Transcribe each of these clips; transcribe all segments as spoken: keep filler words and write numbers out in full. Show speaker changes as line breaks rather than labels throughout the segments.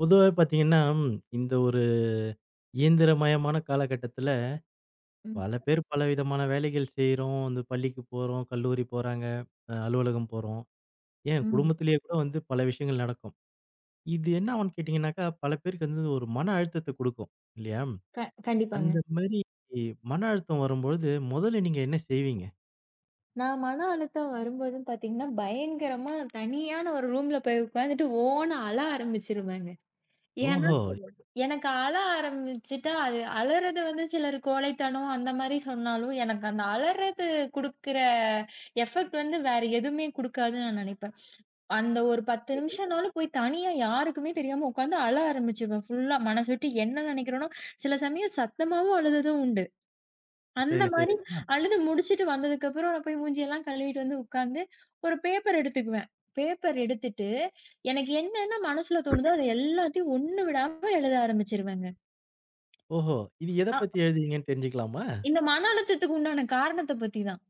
பொதுவாவே பார்த்தீங்கன்னா, இந்த ஒரு இயந்திரமயமான காலகட்டத்தில,
ம்,
பல பேர் பலவிதமான வேலைகள் செய்றோம். வந்து பள்ளிக்கு போறோம், கல்லூரி போறாங்க, அ அலுவலகம் போறோம். ஏன்
ம்.
குடும்பத்திலேயே கூட வந்து பல விஷயங்கள் நடக்கும். இது என்ன ஆகும்னு கேட்டீங்கன்னாக்கா, பல பேருக்கு வந்து ஒரு மன அழுத்தத்த குடுக்கும். இல்லையா?
க கண்டிப்பாங்க.
அந்த மாரி மன அழுத்தம் வரும்பொழுது, முதல்ல நீங்க என்ன செய்வீங்க?
நான் மன அழுத்தம் வரும்போதுன்னு பார்த்தீங்கன்னா, பயங்கரமா தனியான ஒரு ரூம்ல போய் உட்காந்துட்டு ஓன்னு அழ ஆரம்பிச்சுருவேங்க. ஏன்னா,
ஓஹோ!
ம். எனக்கு அழ ஆரம்பிச்சுட்டா, அது அழறது வந்து சிலர் கோழைத்தனம் அந்த மாரி சொன்னாலும், எனக்கு அந்த அழறது குடுக்குற எஃபெக்ட் வந்து வேற எதுவுமே குடுக்காதுன்னு நான் நெனைப்பேன். அந்த ஒரு பத்து
சரி,
நிமிஷம்னாலும் போய் தனியா யாருக்குமே தெரியாம உட்காந்து அழ ஆரம்பிச்சுருவேன். ஃபுல்லா மனசு விட்டு என்ன நெனைக்கிறேனோ, சில சமயம் சத்தமாவும் அழுததும் உண்டு. அந்த
சரி, சரி.
மாரி
ஆ.
அழுது முடிச்சுட்டு வந்ததுக்கப்புறம் நான் போய் மூஞ்சியெல்லாம் கழுவிட்டு வந்து உட்கார்ந்து, ஒரு பேப்பர் எடுத்துக்குவேன். பேப்பர் எடுத்துட்டு, எனக்கு என்னென்ன மனசுல தோணுதோ அது எல்லாத்தையும் ஒண்ணு விடாம எழுத ஆரம்பிச்சுருவேங்க.
ஓஹோ! இது எத
அ
பத்தி எழுதுவீங்கன்னு தெரிஞ்சுக்கலாமா?
இந்த மன அழுத்தத்துக்கு உண்டான காரணத்த பத்தி தான்.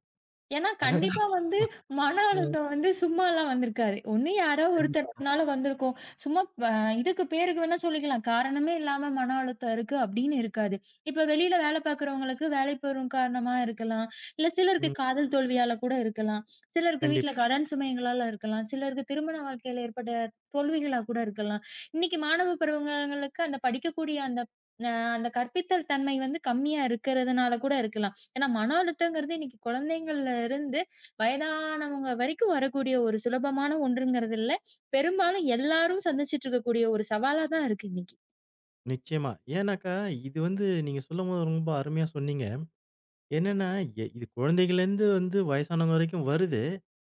ஏன்னா,
அடடா!
கண்டிப்பா வந்து மன
ம்.
அழுத்தம் வந்து சும்மாலாம் வந்திருக்காது. ஒண்ணு யாரோ
கண்டிப்பா.
ஒருத்தர்னால வந்திருக்கும். சும்மா ப இதுக்கு பேருக்கு வேணா சொல்லிக்கலாம். காரணமே இல்லாம மன அழுத்தம் இருக்கு அப்படின்னு இருக்காது. இப்ப வெளியில வேலை பார்க்கிறவங்களுக்கு வேலை பளு காரணமா இருக்கலாம். இல்ல சிலருக்கு
ம்.
காதல் தோல்வியால கூட இருக்கலாம். சிலருக்கு
கண்டிப்பா.
வீட்ல கடன் சுமைகளால இருக்கலாம். சிலருக்கு திருமண வாழ்க்கையில ஏற்பட்ட தோல்விகளா கூட இருக்கலாம். இன்னைக்கு மாணவ பருவங்களுக்கு அந்த படிக்கக்கூடிய அந்த அ அந்த கற்பித்தல் தன்மை வந்து கம்மியா இருக்கிறதுனால கூட இருக்கலாம். ஏன்னா, மன அழுத்தங்கிறது இன்னைக்கு குழந்தைங்கள்ல இருந்து வயதானவங்க வரைக்கும் வரக்கூடிய ஒரு சுலபமான ஒன்றுங்கிறது இல்ல. பெரும்பாலும் எல்லாரும் சந்திச்சுட்டு இருக்கக்கூடிய ஒரு சவாலா தான் இருக்கு இன்னைக்கு.
நிச்சயமா. ஏன்னாக்கா, இது வந்து நீங்க சொல்லும்போது ரொம்ப அருமையா சொன்னீங்க. என்னன்னா, எ இது குழந்தைகள்லேருந்து வந்து வயசானவங்க வரைக்கும் வருது.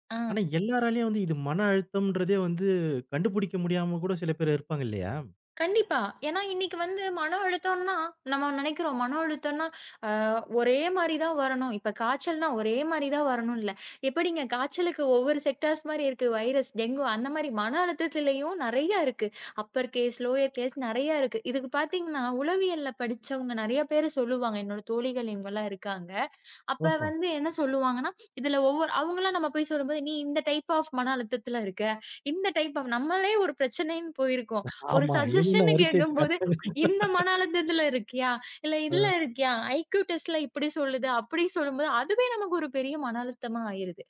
ஆ.
ஆனா, எல்லாராலயும் வந்து இது மன அழுத்தம்ன்றதே வந்து கண்டுபிடிக்க முடியாம கூட சில பேர் இருப்பாங்க இல்லையா?
கண்டிப்பா. ஏன்னா இன்னைக்கு வந்து மன அழுத்தம்னா, நம்ம நெனைக்கிறோம் மன அழுத்தம்னா, அ ஒரே மாரி தான் வரணும். இப்ப காய்ச்சல்னா ஒரே மாரி தான் வரணும் இல்ல. எப்படிங்க காய்ச்சலுக்கு ஒவ்வொரு செக்டார்ஸ் மாரி இருக்கு. வைரஸ், டெங்கு அந்த மாரி மன அழுத்தத்திலயும் நெறைய இருக்கு. அப்பர் கேஸ், லோயர் கேஸ் நெறைய இருக்கு. இதுக்கு பார்த்தீங்கன்னா, உளவியல்ல படிச்சவங்க நெறைய பேரு சொல்லுவாங்க. என்னோட தோழிகள் இவங்கலாம் இருக்காங்க. அப்ப
ஓஹோ!
வந்து என்ன சொல்லுவாங்கன்னா, இதுல ஒவ்வொரு அவங்கலாம் நம்ம போய் சொல்லும்போது, "நீ இந்த டைப் ஆஃப் மன அழுத்தத்துல இருக்க. இந்த டைப் ஆஃப்" நம்மளே ஒரு பிரச்சனைன்னு போயிருக்கோம். ஒரு
ஆமா. இவங்க என்ன
சஜஷன்னு
வரிசை எட்டு
கேட்கும்போது,
கஷ்டம்.
"இந்த மன அழுத்தத்துல இருக்கியா? இல்ல இதுல
அ.
இருக்கியா? ஐக்யூ டெஸ்ட்ல இப்படி சொல்லுது." அப்படி சொல்லும்போது, அதுவே நமக்கு ஒரு பெரிய மன அழுத்தமா ஆயிருது.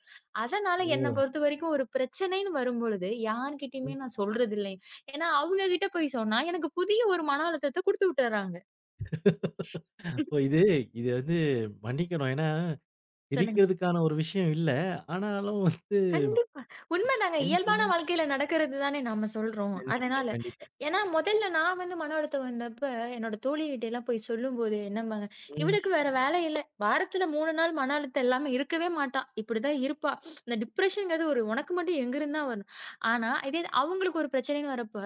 அதனால என்ன
ஓ!
பொறுத்த வரைக்கும் ஒரு பிரச்சனைன்னு வரும்பொழுது, யார்கிட்டயுமே
ம்.
நான் சொல்றது இல்லைங்க. ஏன்னா, அவங்க கிட்ட போய் சொன்னா, எனக்கு புதிய ஒரு மன அழுத்தத்த குடுத்து விட்டுர்றாங்க.
அப்போ இது இது வந்து மன்னிக்கணும். ஏன்னா,
சொல்லுங்க. கண்டிப்பா.
சிரிக்கிறதுக்கான ஒரு விஷயம் இல்ல. ஆனாலும் வந்து
உண்மைதாங்க.
என்ன
இயல்பான
சொல்ல
வாழ்க்கையில நடக்கிறது தானே நாம சொல்றோம்.
கண்டிப்பா,
அதனால.
கண்டிப்பா.
ஏன்னா முதல்ல நான் வந்து மன அழுத்தம் வந்தப்ப, என்னோட தோழிகிட்டலாம் போய் சொல்லும்போது என்னம்பாங்க,
ம்,
"இவளுக்கு வேற வேலை இல்ல. வாரத்துல மூணு நாள் மன அழுத்தம் இல்லாம இருக்கவே மாட்டா. இப்படிதான் இருப்பா. இந்த டிப்ரஷன்ங்கிறது ஒரு உனக்கு மட்டும் எங்கிருந்து தான் வரும்?" ஆனா, இதே இது அவங்களுக்கு ஒரு பிரச்சனைன்னு வரப்ப,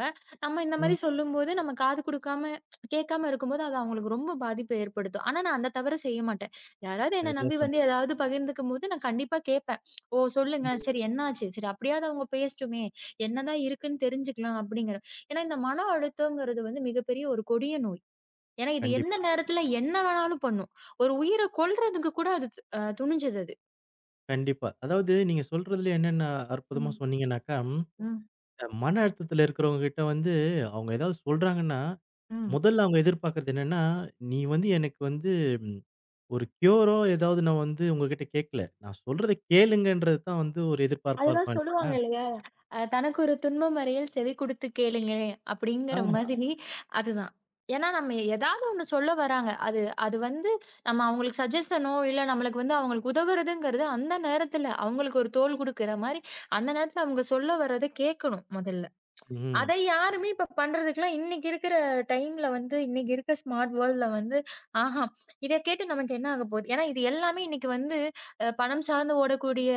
நம்ம இந்த
ம்.
மாரி சொல்லும்போது, நம்ம காது குடுக்காம, கேட்காம இருக்கும்போது, அது அவங்களுக்கு ரொம்ப பாதிப்ப ஏற்படுத்தும். ஆனா, நான் அந்த தவற செய்ய மாட்டேன். யாராவது என்ன
சரியா
நம்பி வந்து
சொன்னீங்க.
ஏதாவது பகிர்ந்துக்கும்போது, நான் கண்டிப்பா கேட்பேன். ஓ! சொல்லுங்க.
ம்.
சரி என்னாச்சு? சரி அப்படியாவது அவங்க பேசட்டுமே! என்னதான் இருக்குன்னு தெரிஞ்சுக்கலாம் அப்படிங்கிற ஏன்னா இந்த மன அழுத்தங்கிறது வந்து மிகப்பெரிய ஒரு கொடிய நோய். ஏன்னா இது எந்த
கண்டிப்பா.
நேரத்துல என்ன வேணாலும் பண்ணும். ஒரு உயிர கொல்றதுக்கு கூட அது அ துணிஞ்சது அது.
கண்டிப்பா. அதாவது நீங்க சொல்றதுல என்னென்ன அற்புதமா
ம்,
சொன்னீங்கன்னாக்கா,
ம்,
அ மன அழுத்தத்தில இருக்கிறவங்க கிட்ட வந்து அவங்க ஏதாவது சொல்றாங்கன்னா,
ம்.
முதல்ல அவங்க எதிர்பார்க்கிறது என்னன்னா, "நீ வந்து எனக்கு வந்து ம் ஒரு க்யூரோ ஏதாவது நான் வந்து உங்ககிட்ட கேட்கல. நான் சொல்றத கேளுங்கன்றது தான் வந்து ஒரு எதிர்பார்ப்பா
அதுதான்
இருக்கும்." இல்லையா?
சொல்லுவாங்க இல்லையா? அ "தனக்கு ஒரு துன்பம் வரையில் செவி கொடுத்து கேளுங்களேன்" அப்படிங்கிற
ஆமா.
மாதிரி அதுதான். ஏன்னா நம்ம ஏதாவது ஒண்ணு சொல்ல வராங்க. அது அது வந்து நம்ம அவங்களுக்கு சஜஷனோ, இல்ல நம்மளுக்கு வந்து அவங்களுக்கு உதவுறதுங்கிறது அந்த நேரத்துல அவங்களுக்கு ஒரு தோள் குடுக்குற மாரி, அந்த நேரத்துல அவங்க சொல்ல வர்றத கேட்கணும் முதல்ல.
ம்.
அத யாருமே இப்ப பண்றதுக்குலாம் இன்னைக்கு இருக்கிற டைம்ல வந்து, இன்னைக்கு இருக்க ஸ்மார்ட் வேர்ல்டுல வந்து ஆஹாம். இத கேட்டு நமக்கு என்ன ஆகப் போகுது? ஏன்னா இது எல்லாமே இன்னைக்கு வந்து அ பணம் சார்ந்து ஓடக்கூடிய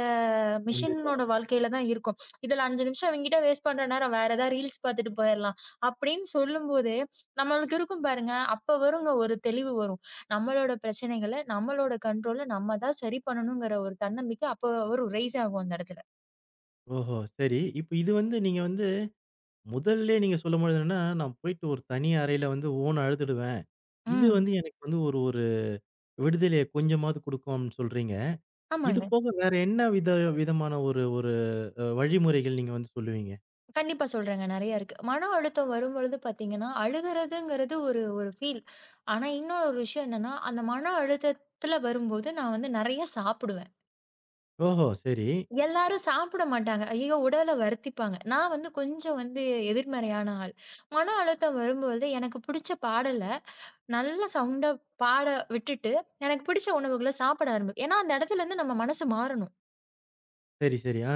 கண்டிப்பா.
மிஷினோட வாழ்க்கையில தான் இருக்கும். இதுல அஞ்சு நிமிஷம் அவன்கிட்ட வேஸ்ட் பண்ற நேரம் வேற ஏதாவது ரீல்ஸ் பாத்துட்டு போயிரலாம் அப்படின்னு சொல்லும்போது, நம்மளுக்கு இருக்கும் பாருங்க. அப்ப வருங்க ஒரு தெளிவு வரும். நம்மளோட பிரச்சனைகள, நம்மளோட கண்ட்ரோல்ல நம்ம தான் சரி பண்ணணும்ங்கிற ஒரு தன்னம்பிக்கை அப்ப வரும். ரைஸ் ஆகும் அந்த இடத்துல.
ஓஹோ! சரி. இப்ப இது வந்து நீங்க வந்து முதல்லயே நீங்க சொல்லும்பொழுது என்னன்னா, "நான் போயிட்டு ஒரு தனி அறையில வந்து ஓன்னு அழுதுடுவேன். இது
ம்.
வந்து எனக்கு வந்து ஒரு ஒரு விடுதலைய கொஞ்சமாவது குடுக்கும்." அப்படின்னு சொல்றீங்க. இது
ஆமாங்க.
போக வேற என்ன வித விதமான ஒரு ஒரு அ வழிமுறைகள் நீங்க வந்து சொல்லுவீங்க?
கண்டிப்பா சொல்றேங்க. நெறைய இருக்கு. மன அழுத்தம் வரும்பொழுது பார்த்தீங்கன்னா, அழுகுறதுங்கிறது ஒரு ஒரு ஃபீல். ஆனா, இன்னொரு ஒரு விஷயம் என்னன்னா, அந்த மன அழுத்தத்துல வரும்போது நான் வந்து நெறைய சாப்பிடுவேன்.
ஓஹோ! சரி.
எல்லாரும் சாப்பிட மாட்டாங்க. ஐயோ! உடல வருத்திப்பாங்க. நான் வந்து கொஞ்சம் வந்து எதிர்மறையான ஆள். மன அழுத்தம் வரும்பொழுது எனக்கு பிடிச்ச பாடல நல்ல சவுண்டா பாட விட்டுட்டு, எனக்கு பிடிச்ச உணவுகள சாப்பிட ஆரம்பி ஏன்னா அந்த இடத்துலருந்து நம்ம மனசு மாறணும்.
சரி, சரி. ஆ.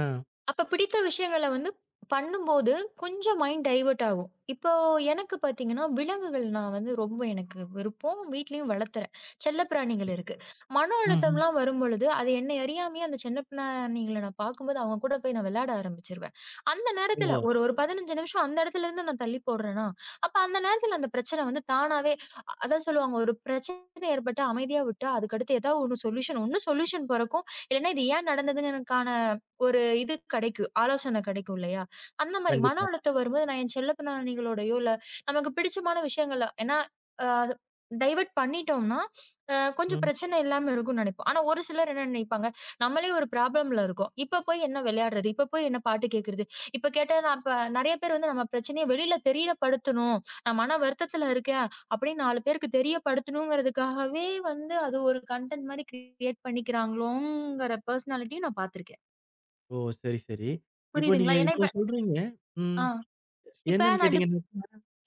அப்ப பிடித்த விஷயங்கள வந்து பண்ணும்போது, கொஞ்சம் மைண்ட் டைவர்ட் ஆகும். இப்போ எனக்கு பார்த்தீங்கன்னா, விலங்குகள்னா வந்து ரொம்ப எனக்கு விருப்பம். வீட்லயும் வளர்த்துறேன். செல்லப்பிராணிகள்
சரி.
இருக்கு. மன
ம்ஹ்ம்.
அழுத்தம்லாம் வரும்பொழுது, அது என்னை அறியாமயே அந்த செல்லப்பிராணிகள நான் பார்க்கும்போது, அவங்க கூட போய் நான் விளையாட ஆரம்பிச்சுருவேன். அந்த நேரத்தில
ஓஹோ!
ஒரு ஒரு பதினஞ்சு நிமிஷம் அந்த இடத்துலருந்து நான் தள்ளி போடுறேனா, அப்ப அந்த நேரத்தில அந்த பிரச்சனை வந்து தானாவே அ- அதான் சொல்லுவாங்க, ஒரு பிரச்சனை ஏற்பட்டா அமைதியா விட்டா, அதுக்கடுத்து ஏதாவது ஒண்ணு சொல்யூஷன் ஒண்ணு சொல்யூஷன் பொறக்கும். இல்லன்னா இது ஏன் நடந்ததுன்னு எனக்கான ஒரு இது கிடைக்கும். ஆலோசனை கிடைக்கும் இல்லையா? அந்த மாரி மன
கண்டிப்பா.
அழுத்தம் வரும்போது நான் என் செல்ல பிராணிகளோடயோ, இல்ல நமக்கு பிடிச்சமான விஷயங்கள ஏன்னா அ டைவர்ட் பண்ணிட்டோம்னா, அ கொஞ்சம்
ம்.
பிரச்சனை இல்லாம இருக்கும்னு நெனைப்போம். ஆனா ஒரு சிலர் என்ன நெனைப்பாங்க, நம்மளே ஒரு ப்ராப்ளம்ல இருக்கோம். இப்ப போய் என்ன விளையாடுறது? இப்ப போய் என்ன பாட்டு கேட்கறது? இப்ப கேட்டா நான் இப்ப நெறைய பேர் வந்து நம்ம பிரச்சனைய வெளியில தெரியப்படுத்தணும். நான் மன வருத்தத்துல இருக்கேன் அப்படின்னு நாலு பேருக்கு தெரியப்படுத்தணுங்கிறதுக்காகவே வந்து அது ஒரு கன்டென்ட் மாரி கிரியேட் பண்ணிக்கிறாங்களோங்கிற பர்சனாலிட்டியும் நான் பார்த்துருக்கேன்.
ஓ! சரி, சரி. இப்போ நீங்க
புரியுதுங்களா? ஏன்னா
இவ்ளோ
இப்ப
சொல்றீங்க. ம்.
ஆ இப்ப
என்னன்னு
நான்
கேட்டீங்கன்னா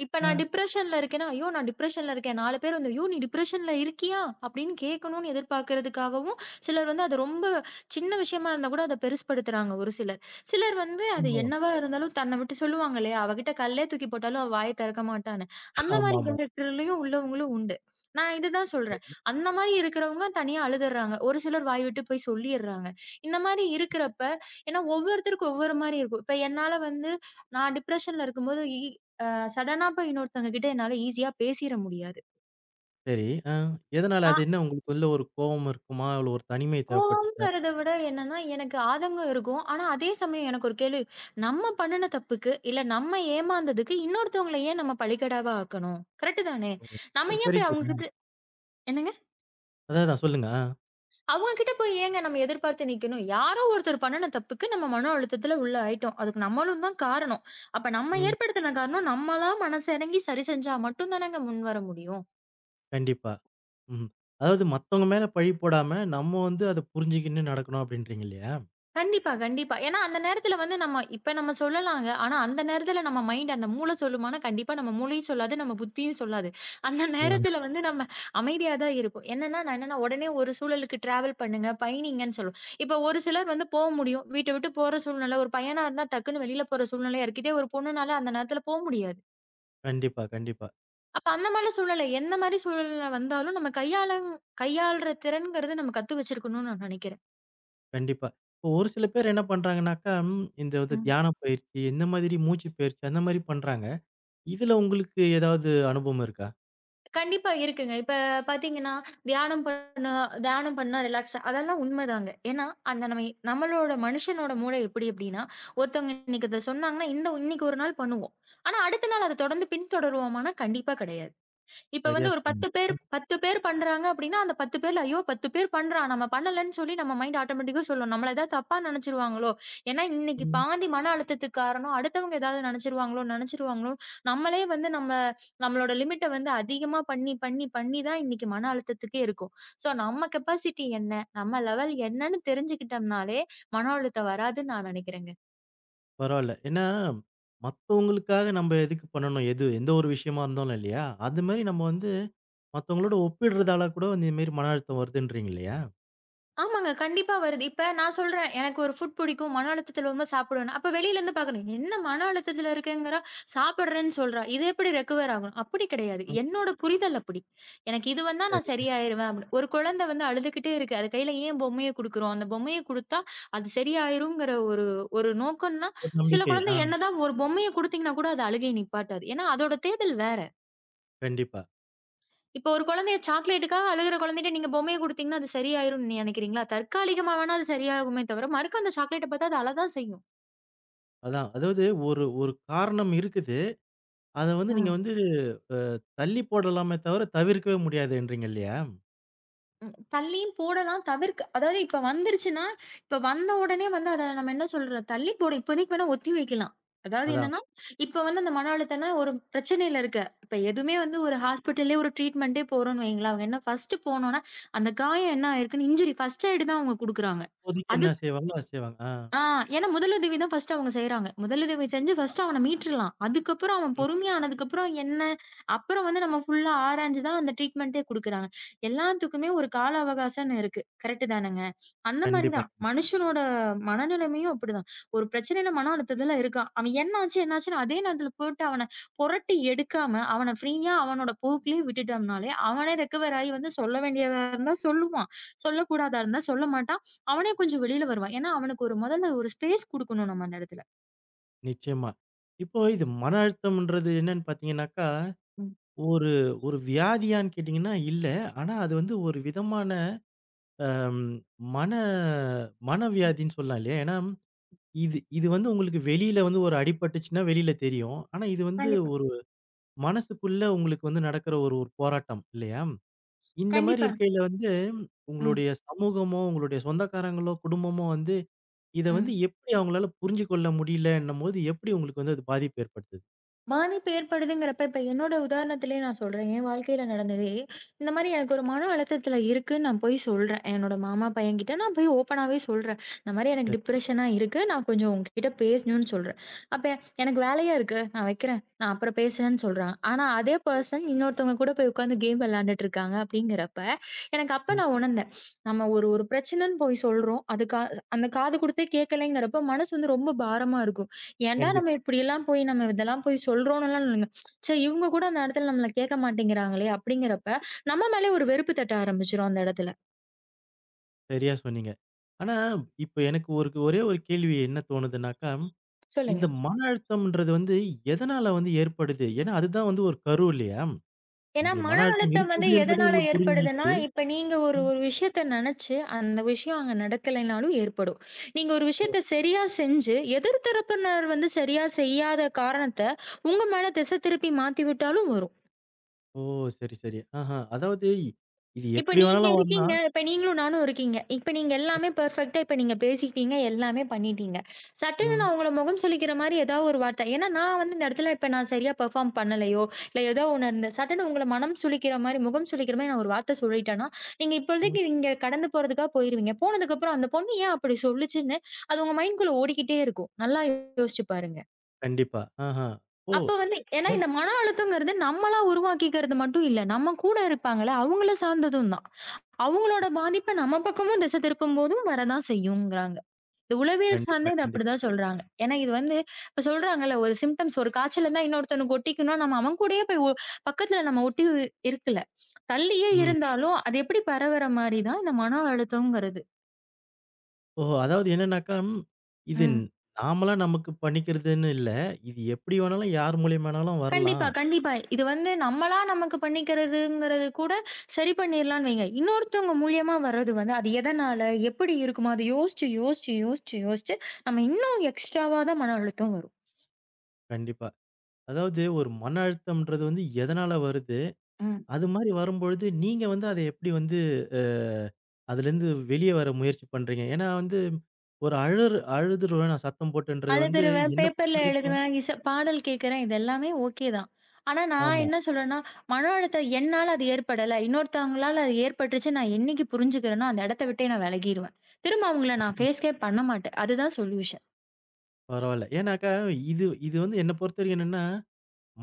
இப்ப
ஆ.
நான் டிப்ரஷன்ல இருக்கேன்னா, "ஐயோ! நான் டிப்ரஷன்ல இருக்கேன்." நாலு பேர் வந்து, "ஐயோ! நீ டிப்ரஷன்ல இருக்கியா?" அப்படின்னு கேட்கணும்னு எதிர்பார்க்கறதுக்காகவும், சிலர் வந்து அது ரொம்ப சின்ன விஷயமா இருந்தா கூட அத பெருசுபடுத்துறாங்க ஒரு சிலர். சிலர் வந்து அது
ஓஹோ!
என்னவா இருந்தாலும் தன்ன விட்டு சொல்லுவாங்க இல்லையா? "அவகிட்ட கல்லே தூக்கி போட்டாலும் அவ வாய திறக்க மாட்டான்னு." அந்த மாரி
ஆமாமா.
கேரக்டர்லயும் உள்ளவங்களும் உண்டு. நான் இதுதான் சொல்றேன்.
சரி,
அந்த மாரி இருக்கிறவங்க தனியா அழுதுர்றாங்க. ஒரு சிலர் வாய் விட்டு போய் சொல்லிர்றாங்க. இந்த மாரி இருக்கிறப்ப ஏன்னா ஒவ்வொருத்தருக்கும் ஒவ்வொரு மாரி இருக்கும். இப்ப என்னால வந்து நான் டிப்ரஷன்ல இருக்கும்போது இ சடனா போய் இன்னொருத்தவங்க கிட்ட என்னால ஈஸியா பேசிற முடியாது.
சரி. ஆ. எதனால
அ
அது என்ன உங்களுக்குள்ள ஒரு கோவம் இருக்குமா? இல்ல ஒரு தனிமை தேவைப்பட்டுச்சா?
கோவம்ங்கிறத விட என்னன்னா, எனக்கு ஆதங்கம் இருக்கும். ஆனா, அதே சமயம் எனக்கு ஒரு கேள்வி, நம்ம பண்ணுன தப்புக்கு, இல்ல நம்ம ஏமாந்ததுக்கு இன்னொருத்தவங்கள ஏன் நம்ம பலிகடாவா ஆக்கணும்? கரெக்ட் தானே?
ஒரு
நம்ம ஏன்
சரி,
போய்
சரி.
அவங்க
ஆ.
கிட்ட என்னங்க?
அதான், அதான். சொல்லுங்க. ஆ.
அவங்க கிட்ட போய் ஏங்க நம்ம எதிர்பார்த்து நிக்கணும்? யாரோ ஒருத்தர் பண்ணுன தப்புக்கு நம்ம மன அழுத்தத்துல உள்ள ஆயிட்டோம். அதுக்கு நம்மளும் தான் காரணம். அப்ப நம்ம
ம்.
ஏற்படுத்தின காரணம் நம்மளா மனசு இறங்கி சரி செஞ்சா மட்டும் தானங்க முன்வர முடியும்.
கண்டிப்பா. ம். அதாவது மத்தவங்க மேல பழி போடாம, நம்ம வந்து அத புரிஞ்சுக்கின்னு நடக்கணும் அப்படின்றீங்க இல்லையா?
கண்டிப்பா, கண்டிப்பா. ஏன்னா அந்த நேரத்துல வந்து நம்ம இப்ப நம்ம சொல்லலாங்க. ஆனா அந்த நேரத்துல நம்ம மைண்ட் அந்த மூளை சொல்லுமான்னா, கண்டிப்பா நம்ம மூளையும் சொல்லாது, நம்ம புத்தியும் சொல்லாது. அந்த
ஆ.
நேரத்துல வந்து நம்ம அமைதியா தான் இருப்போம். என்னன்னா, நான் என்னன்னா உடனே ஒரு சூழலுக்கு டிராவல் பண்ணுங்க, பயணிங்கன்னு சொல்லுவோம். இப்ப ஒரு சிலர் வந்து போ முடியும். வீட்ட விட்டு போற சூழ்நிலை, ஒரு பையனா இருந்தா டக்குன்னு வெளியில போற சூழ்நிலையா இருக்கு. இதே ஒரு பொண்ணுனால அந்த நேரத்துல போ முடியாது.
கண்டிப்பா, கண்டிப்பா,
அப்ப அந்த மாரி சூழ்நிலை, எந்த மாரி சூழ்நிலை வந்தாலும் நம்ம கையாள கையாள்ற திறன்ங்கிறது நம்ம கத்து வச்சிருக்கணும்னு நான் நினைக்கிறேன்.
கண்டிப்பா. இப்போ ஒரு சில பேர் என்ன பண்றாங்கன்னாக்கா, ம் இந்த வந்து
ம்.
தியான பயிற்சி, இந்த மாதிரி மூச்சு பயிற்சி அந்த மாரி பண்றாங்க. இதுல உங்களுக்கு ஏதாவது அனுபவம் இருக்கா?
கண்டிப்பா இருக்குங்க. இப்ப பார்த்தீங்கன்னா, தியானம் பண்ணா தியானம் பண்ணா ரிலாக்ஸா அதெல்லாம் உண்மைதாங்க. ஏன்னா, அந்த நம்ம நம்மளோட மனுஷனோட மூளை எப்படி அப்டின்னா, ஒருத்தவங்க இன்னைக்கு இத சொன்னாங்கன்னா, இந்த இன்னைக்கு ஒரு நாள் பண்ணுவோம். ஆனா, அடுத்த நாள் அத தொடர்ந்து பின்தொடருவோமான்னா, கண்டிப்பா கிடையாது. இப்ப
சரியா
வந்து ஒரு பத்து
சொன்னீங்க.
பேர்
அ,
பத்து பேர் பண்றாங்க அப்படின்னா, அந்த பத்து பேர்ல, ஐயோ! பத்து பேர் பண்றான். நம்ம பண்ணலன்னு சொல்லி நம்ம மைண்ட் ஆட்டோமேட்டிக்கா சொல்லும். நம்மள ஏதாவது தப்பா நெனச்சுருவாங்களோ? ஏன்னா, இன்னைக்கு
ம்.
பாதி மன அழுத்தத்துக்கு காரணம் அடுத்தவங்க ஏதாவது நெனச்சுருவாங்களோ நெனச்சுருவாங்களோ? நம்மளே வந்து நம்ம நம்மளோட லிமிட்ட வந்து அதிகமா பண்ணி, பண்ணி, பண்ணி தான் இன்னைக்கு மன அழுத்தத்துக்கே இருக்கோம். ஸோ, நம்ம கெப்பாசிட்டி என்ன? நம்ம லெவல் என்னன்னு தெரிஞ்சுக்கிட்டோம்னாலே, மன அழுத்தம் வராதுன்னு நான் நெனைக்கிறேங்க.
பரவால்ல. ஏன்னா, மத்தவங்களுக்காக நம்ம எதுக்கு பண்ணணும்? எது எந்த ஒரு விஷயமா இருந்தாலும் இல்லையா? அது மாரி நம்ம வந்து மத்தவங்களோட ஒப்பிடுறதால கூட வந்து இந்த மாரி மன அழுத்தம் வருதுன்றீங்க இல்லையா?
ஆமாங்க. கண்டிப்பா வருது. இப்ப நான் சொல்றேன், எனக்கு ஒரு ஃபுட் பிடிக்கும். மன அழுத்தத்துல ரொம்ப சாப்பிடுவேன்னு. அப்ப வெளியிலருந்து பார்க்குறேன். என்ன மன அழுத்தத்துல இருக்கேங்கிறா? சாப்பிடுறேன்னு சொல்றா. இது எப்படி ரெக்கவர் ஆகும்? அப்படி கிடையாது.
ம்.
என்னோட புரிதல் அப்படி. எனக்கு இது வந்தா நான்
சரி.
சரியாயிருவேன் அப்படி. ஒரு குழந்தை வந்து அழுதுகிட்டே இருக்கு. அது கையில ஏன் பொம்மைய குடுக்குறோம்? அந்த பொம்மைய குடுத்தா அது சரியாயிருங்கிற ஒரு ஒரு நோக்கம்னா,
ஒரு
சில
நம்பிக்கை.
குழந்தை
ஆ.
என்னதான் ஒரு பொம்மைய குடுத்தீங்கன்னா கூட அது அழுகைய நிப்பாட்டாது. ஏன்னா அதோட தேடல் வேற.
கண்டிப்பா.
இப்ப ஒரு குழந்தைய சாக்லேட்டுக்காக அழுகுற குழந்தைட்ட நீங்க பொம்மைய குடுத்தீங்கன்னா, அது சரியாயிரும்னு நெனைக்கிறீங்களா? தற்காலிகமா வேணா அது சரியாகுமே தவிர, மறுக்க அந்த சாக்லேட்ட பாத்தா அது அழதான் செய்யும்.
அதான். அதாவது ஒரு ஒரு காரணம் இருக்குது. அத வந்து நீங்க
ம்.
வந்து அ தள்ளி போடலாமே தவிர, தவிர்க்கவே முடியாதுன்றீங்க இல்லையா?
ம். தள்ளியும் போடலாம் தவிர்க்க அதாவது இப்ப வந்துருச்சுன்னா, இப்ப வந்த உடனே வந்து அத நம்ம என்ன சொல்றது? தள்ளி போட இப்போதைக்கு வேணா ஒத்தி வைக்கலாம். அதாவது
அதான்
என்னன்னா, இப்ப வந்து அந்த மன அழுத்தம்னா ஒரு பிரச்சனையில இருக்க. இப்ப எதுவுமே வந்து ஒரு ஹாஸ்பிட்டல்லயே ஒரு ட்ரீட்மெண்ட்டே போறோம்ன்னு வையுங்களேன், அவங்க என்ன ஃபர்ஸ்ட்டு போனோம்னா, அந்த காயம் என்ன ஆயிருக்குன்னு இன்ஜுரி ஃபர்ஸ்ட் எய்டு தான் அவங்க குடுக்குறாங்க.
அப்போதைக்கு
அது
என்ன செய்வாங்களோ, அத செய்வாங்க. ஆ.
ஆ. ஏன்னா முதலுதவி தான் ஃபர்ஸ்ட்டு அவங்க செய்றாங்க. முதலுதவி செஞ்சு ஃபர்ஸ்ட்டு அவன மீட்டுறலாம். அதுக்கப்புறம் அவன்
ம்.
பொறுமையா ஆனதுக்கப்புறம் என்ன, அப்புறம் வந்து நம்ம ஃபுல்லா ஆராய்ஞ்சு தான் அந்த ட்ரீட்மெண்ட்டே குடுக்குறாங்க. எல்லாத்துக்குமே ஒரு கால அவகாசம்ன்னு இருக்கு. கரெக்ட்டு தானங்க? அந்த மாரி
கண்டிப்பா.
தான். மனுஷனோட மனநிலைமையும் அப்படிதான். ஒரு பிரச்சனையில மன அழுத்தத்துல இருக்கான். அவன் என்னாச்சு, என்னாச்சுன்னு அதே நேரத்துல போட்டு அவன புரட்டி எடுக்காம, அவன ஃப்ரீயா அவனோட போக்குலயே விட்டுட்டோம்னாலே, அவனே ரெக்கவர் ஆயி வந்து சொல்ல வேண்டியதா இருந்தா சொல்லுவான். சொல்லக்கூடாதா இருந்தா சொல்ல மாட்டான். அவனே கொஞ்சம் வெளியில வருவான். ஏன்னா, அவனுக்கு ஒரு முதல்ல ஒரு ஸ்பேஸ் குடுக்கணும் நம்ம அந்த இடத்துல.
நிச்சயமா. இப்போ இது மன அழுத்தம்ன்றது என்னன்னு பார்த்தீங்கன்னாக்கா,
ம்.
ஒரு ஒரு வியாதியான்னு கேட்டீங்கன்னா இல்ல. ஆனா அது வந்து ஒரு விதமான அம் மன மனவியாதின்னு சொல்லலாம் இல்லையா? ஏன்னா, இது இது வந்து உங்களுக்கு வெளியில வந்து ஒரு அடிபட்டுச்சுன்னா வெளியில தெரியும். ஆனா இது வந்து
கண்டிப்பா,
ஒரு மனசுக்குள்ள உங்களுக்கு வந்து நடக்கிற ஒரு ஒரு போராட்டம் இல்லையா? இந்த மாரி
கண்டிப்பா.
இருக்கையில வந்து,
ம்.
உங்களுடைய சமூகமோ, உங்களுடைய சொந்தக்காரங்களோ, குடும்பமோ வந்து, இத வந்து
ம்.
எப்படி அவங்களால புரிஞ்சு கொள்ள முடியலன்னும்போது, எப்படி உங்களுக்கு வந்து அது பாதிப்பு ஏற்படுத்துது?
பாதிப்பு ஏற்படுதுங்கிறப்ப, இப்ப என்னோட உதாரணத்திலேயே நான் சொல்றேன். என் வாழ்க்கையில நடந்ததே, இந்த மாரி எனக்கு ஒரு மன அழுத்தத்தில இருக்குன்னு நான் போய் சொல்றேன். என்னோட மாமா பையன்கிட்ட நான் போய் ஓப்பனாவே சொல்றேன். இந்த மாரி எனக்கு
சரி.
டிப்ரஷனா இருக்கு. நான் கொஞ்சம் உங்ககிட்ட பேசணும்னு சொல்றேன். அப்ப எனக்கு வேலையா இருக்கு. நான் வைக்கிறேன். நான் அப்புறம் பேசுறேன்னு சொல்றாங்க. ஆனா அதே பெர்சன் இன்னொருத்தவங்க கூட போய் உட்கார்ந்து கேம் விளையாண்டுட்டு இருக்காங்க அப்படிங்கிறப்ப, எனக்கு அப்ப
ம்.
நான் உணர்ந்தேன். நம்ம ஒரு ஒரு பிரச்சனைன்னு போய் சொல்றோம். அது கா அந்த காது குடுத்தே கேட்கலைங்கிறப்ப, மனசு வந்து ரொம்ப பாரமா இருக்கும். ஏன்டா
கண்டிப்பா.
நம்ம இப்படியெல்லாம் போய் நம்ம இதெல்லாம் போய் சொல்றோம்ன்னுலாம் இல்லைங்க. ச்சே! இவுங்க கூட அந்த இடத்துல நம்மள கேட்க மாட்டேங்கிறாங்களே! அப்படிங்கிறப்ப, நம்ம மேலயே ஒரு வெறுப்பு தட்ட ஆரம்பிச்சுரும் அந்த இடத்துல.
சரியா சொன்னீங்க. ஆனா, இப்ப எனக்கு ஒரு ஒரே ஒரு கேள்வி என்ன தோணுதுன்னாக்கா,
சொல்லுங்க.
இந்த மன அழுத்தம்ன்றது வந்து எதனால வந்து ஏற்படுது? ஏன்னா, அதுதான் வந்து ஒரு கரு இல்லையா?
ஏன்னா,
நம்மளுக்கு
மன
மன அழுத்தம்
அழுத்தம் வந்து
இருக்குதுன்றது
எதனால
உங்களுக்கு
ஏற்படுதுன்னா,
புரிஞ்சிருச்சு.
இப்ப நீங்க ஒரு
ம்.
ஒரு விஷயத்த நெனச்சு, அந்த விஷயம் அங்க நடக்கலைனாலும் ஏற்படும். நீங்க ஒரு விஷயத்த சரியா செஞ்சு, எதிர் தரப்பினர் வந்து சரியா செய்யாத காரணத்த, உங்க மேல திசை திருப்பி மாத்தி விட்டாலும் வரும்.
ஓ! சரி, சரி. ஆஹா. அதாவது இது
இப்ப
எப்படி
நீங்க
வேணாலும்
இருக்கீங்க.
வரலாம்.
இப்ப நீங்களும் நானும் இருக்கீங்க. இப்ப நீங்க எல்லாமே பெர்ஃபெக்ட்டா இப்ப நீங்க பேசிட்டீங்க. எல்லாமே பண்ணிட்டீங்க. சட்டுன்னு
ம்.
நான் உங்கள முகம் சுளிக்கிற மாரி ஏதாவது ஒரு வார்த்தை. ஏன்னா நான் வந்து இந்த இடத்துல இப்ப நான் சரியா பெர்ஃபார்ம் பண்ணலையோ, இல்ல ஏதோ ஒண்ணு இருந்த சட்டுன்னு உங்கள மனம் சுளிக்கிற மாரி, முகம் சுளிக்கிற மாரி நான் ஒரு வார்த்தை சொல்லிட்டேன்னா, நீங்க
ம்.
இப்பொழுதைக்கு இங்க கடந்து போறதுக்காக போயிருவீங்க. போனதுக்கப்புறம் அந்த பொண்ணு ஏன் அப்படி சொல்லுச்சுன்னு, அது உங்க மைண்ட்குள்ள ஓடிக்கிட்டே இருக்கும். நல்லா யோசிச்சு பாருங்க.
கண்டிப்பா. ஆஹா. ஓ!
அப்ப வந்து ஏன்னா
அதாவது
இந்த மன அழுத்தங்கிறது நம்மளா உருவாக்கிக்கிறது மட்டும் இல்ல. நம்ம கூட இருப்பாங்கல்ல, அவங்கள சார்ந்ததும் தான். அவங்களோட பாதிப்ப நம்ம பக்கமும் திசை திருப்பும்போதும் வரதான் செய்யுங்கிறாங்க. இந்த உளவியல்
கண்டிப்பா,
சார்ந்து இது
கண்டிப்பா.
அப்படிதான் சொல்றாங்க. ஏன்னா இது வந்து இப்ப சொல்றாங்கல்ல, ஒரு சிம்ப்டம்ஸ் ஒரு காய்ச்சல் இருந்தா இன்னொருத்தனுக்கு ஒட்டிக்கும்னா, நம்ம அவன் கூடயே போய் ஒ பக்கத்துல நம்ம ஒட்டி இருக்கல. தள்ளியே
ம்.
இருந்தாலும், அது எப்படி பரவுற மாரி தான் இந்த மன அழுத்தம்ங்கிறது.
ஓ! அதாவது என்னன்னாக்கா, ம், இது
ம்.
நாமளா நமக்கு பண்ணிக்கிறதுன்னு இல்ல. இது எப்படி வேணாலும் யார் மூலியமானாலும் வரலாம்.
கண்டிப்பா, கண்டிப்பா. இது வந்து நம்மளா நமக்கு பண்ணிக்கிறதுங்கிறது கூட சரி பண்ணிரலாம்ன்னு வைங்க. இன்னொருத்தவங்க மூலியமா வர்றது வந்து அது எதனால, எப்படி இருக்குமோ, அத யோசிச்சு, யோசிச்சு, யோசிச்சு, யோசிச்சு நம்ம இன்னும் எக்ஸ்ட்ராவா தான் மன அழுத்தம் வரும்.
கண்டிப்பா. அதாவது ஒரு மன அழுத்தம்ன்றது வந்து எதனால வருது?
ம்.
அது மாரி வரும்பொழுது நீங்க வந்து அத எப்படி வந்து அ அதுலேருந்து வெளிய வர முயற்சி பண்றீங்க? ஏன்னா வந்து ஒரு அழுற அழுதுருவேன் நான் சத்தம் போட்டுன்றது வந்து
அழுதுருவேன்,
என்ன
பேப்பர்ல
பொறுத்தவரைக்கும்
எழுதுவேன், இச பாடல் கேட்கிறேன். இது எல்லாமே ஓகே தான். ஆனா நான்
ஆமா.
என்ன சொல்றேன்னா, மன அழுத்தம் என்னால அது ஏற்படல. இன்னொருத்தவங்களால அது ஏற்பட்டுருச்சு. நான் என்னைக்கு புரிஞ்சுக்கிறேனோ, அந்த இடத்த விட்டே நான் விலகிருவேன். திரும்ப அவங்கள நான் ஃபேஸே பண்ண மாட்டேன். அதுதான் சொல்யூஷன்.
பரவால்ல. ஏன்னாக்கா இது இது வந்து என்ன பொறுத்தவரைக்கும் என்னன்னா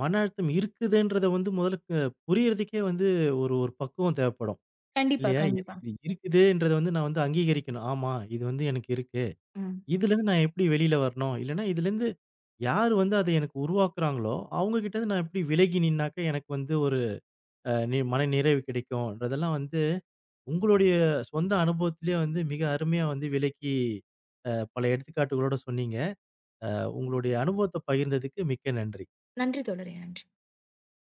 மன அழுத்தம் இருக்குதுன்றத வந்து முதல்ல க புரியறதுக்கே வந்து ஒரு ஒரு பக்குவம் தேவைப்படும்.
கண்டிப்பா,
இல்லையா? எனக்கு
கண்டிப்பா.
இது இருக்குதுன்றத வந்து நான் வந்து அங்கீகரிக்கணும். ஆமா, இது வந்து எனக்கு இருக்கு.
ம்.
இதுலருந்து நான் எப்படி வெளியில வரணும்? இல்லன்னா இதுலருந்து யார் வந்து அத எனக்கு உருவாக்குறாங்களோ, அவங்க கிட்டருந்து நான் எப்படி விலகி நின்னாக்க எனக்கு வந்து ஒரு அ நி மன நிறைவு கிடைக்கும்ன்றதெல்லாம் வந்து உங்களுடைய சொந்த அனுபவத்திலேயே வந்து மிக அருமையா வந்து விளக்கி அ பல எடுத்துக்காட்டுகளோட சொன்னீங்க. உங்களுடைய அனுபவத்த பகிர்ந்ததுக்கு மிக்க நன்றி.
நன்றி தோழரே! நன்றி.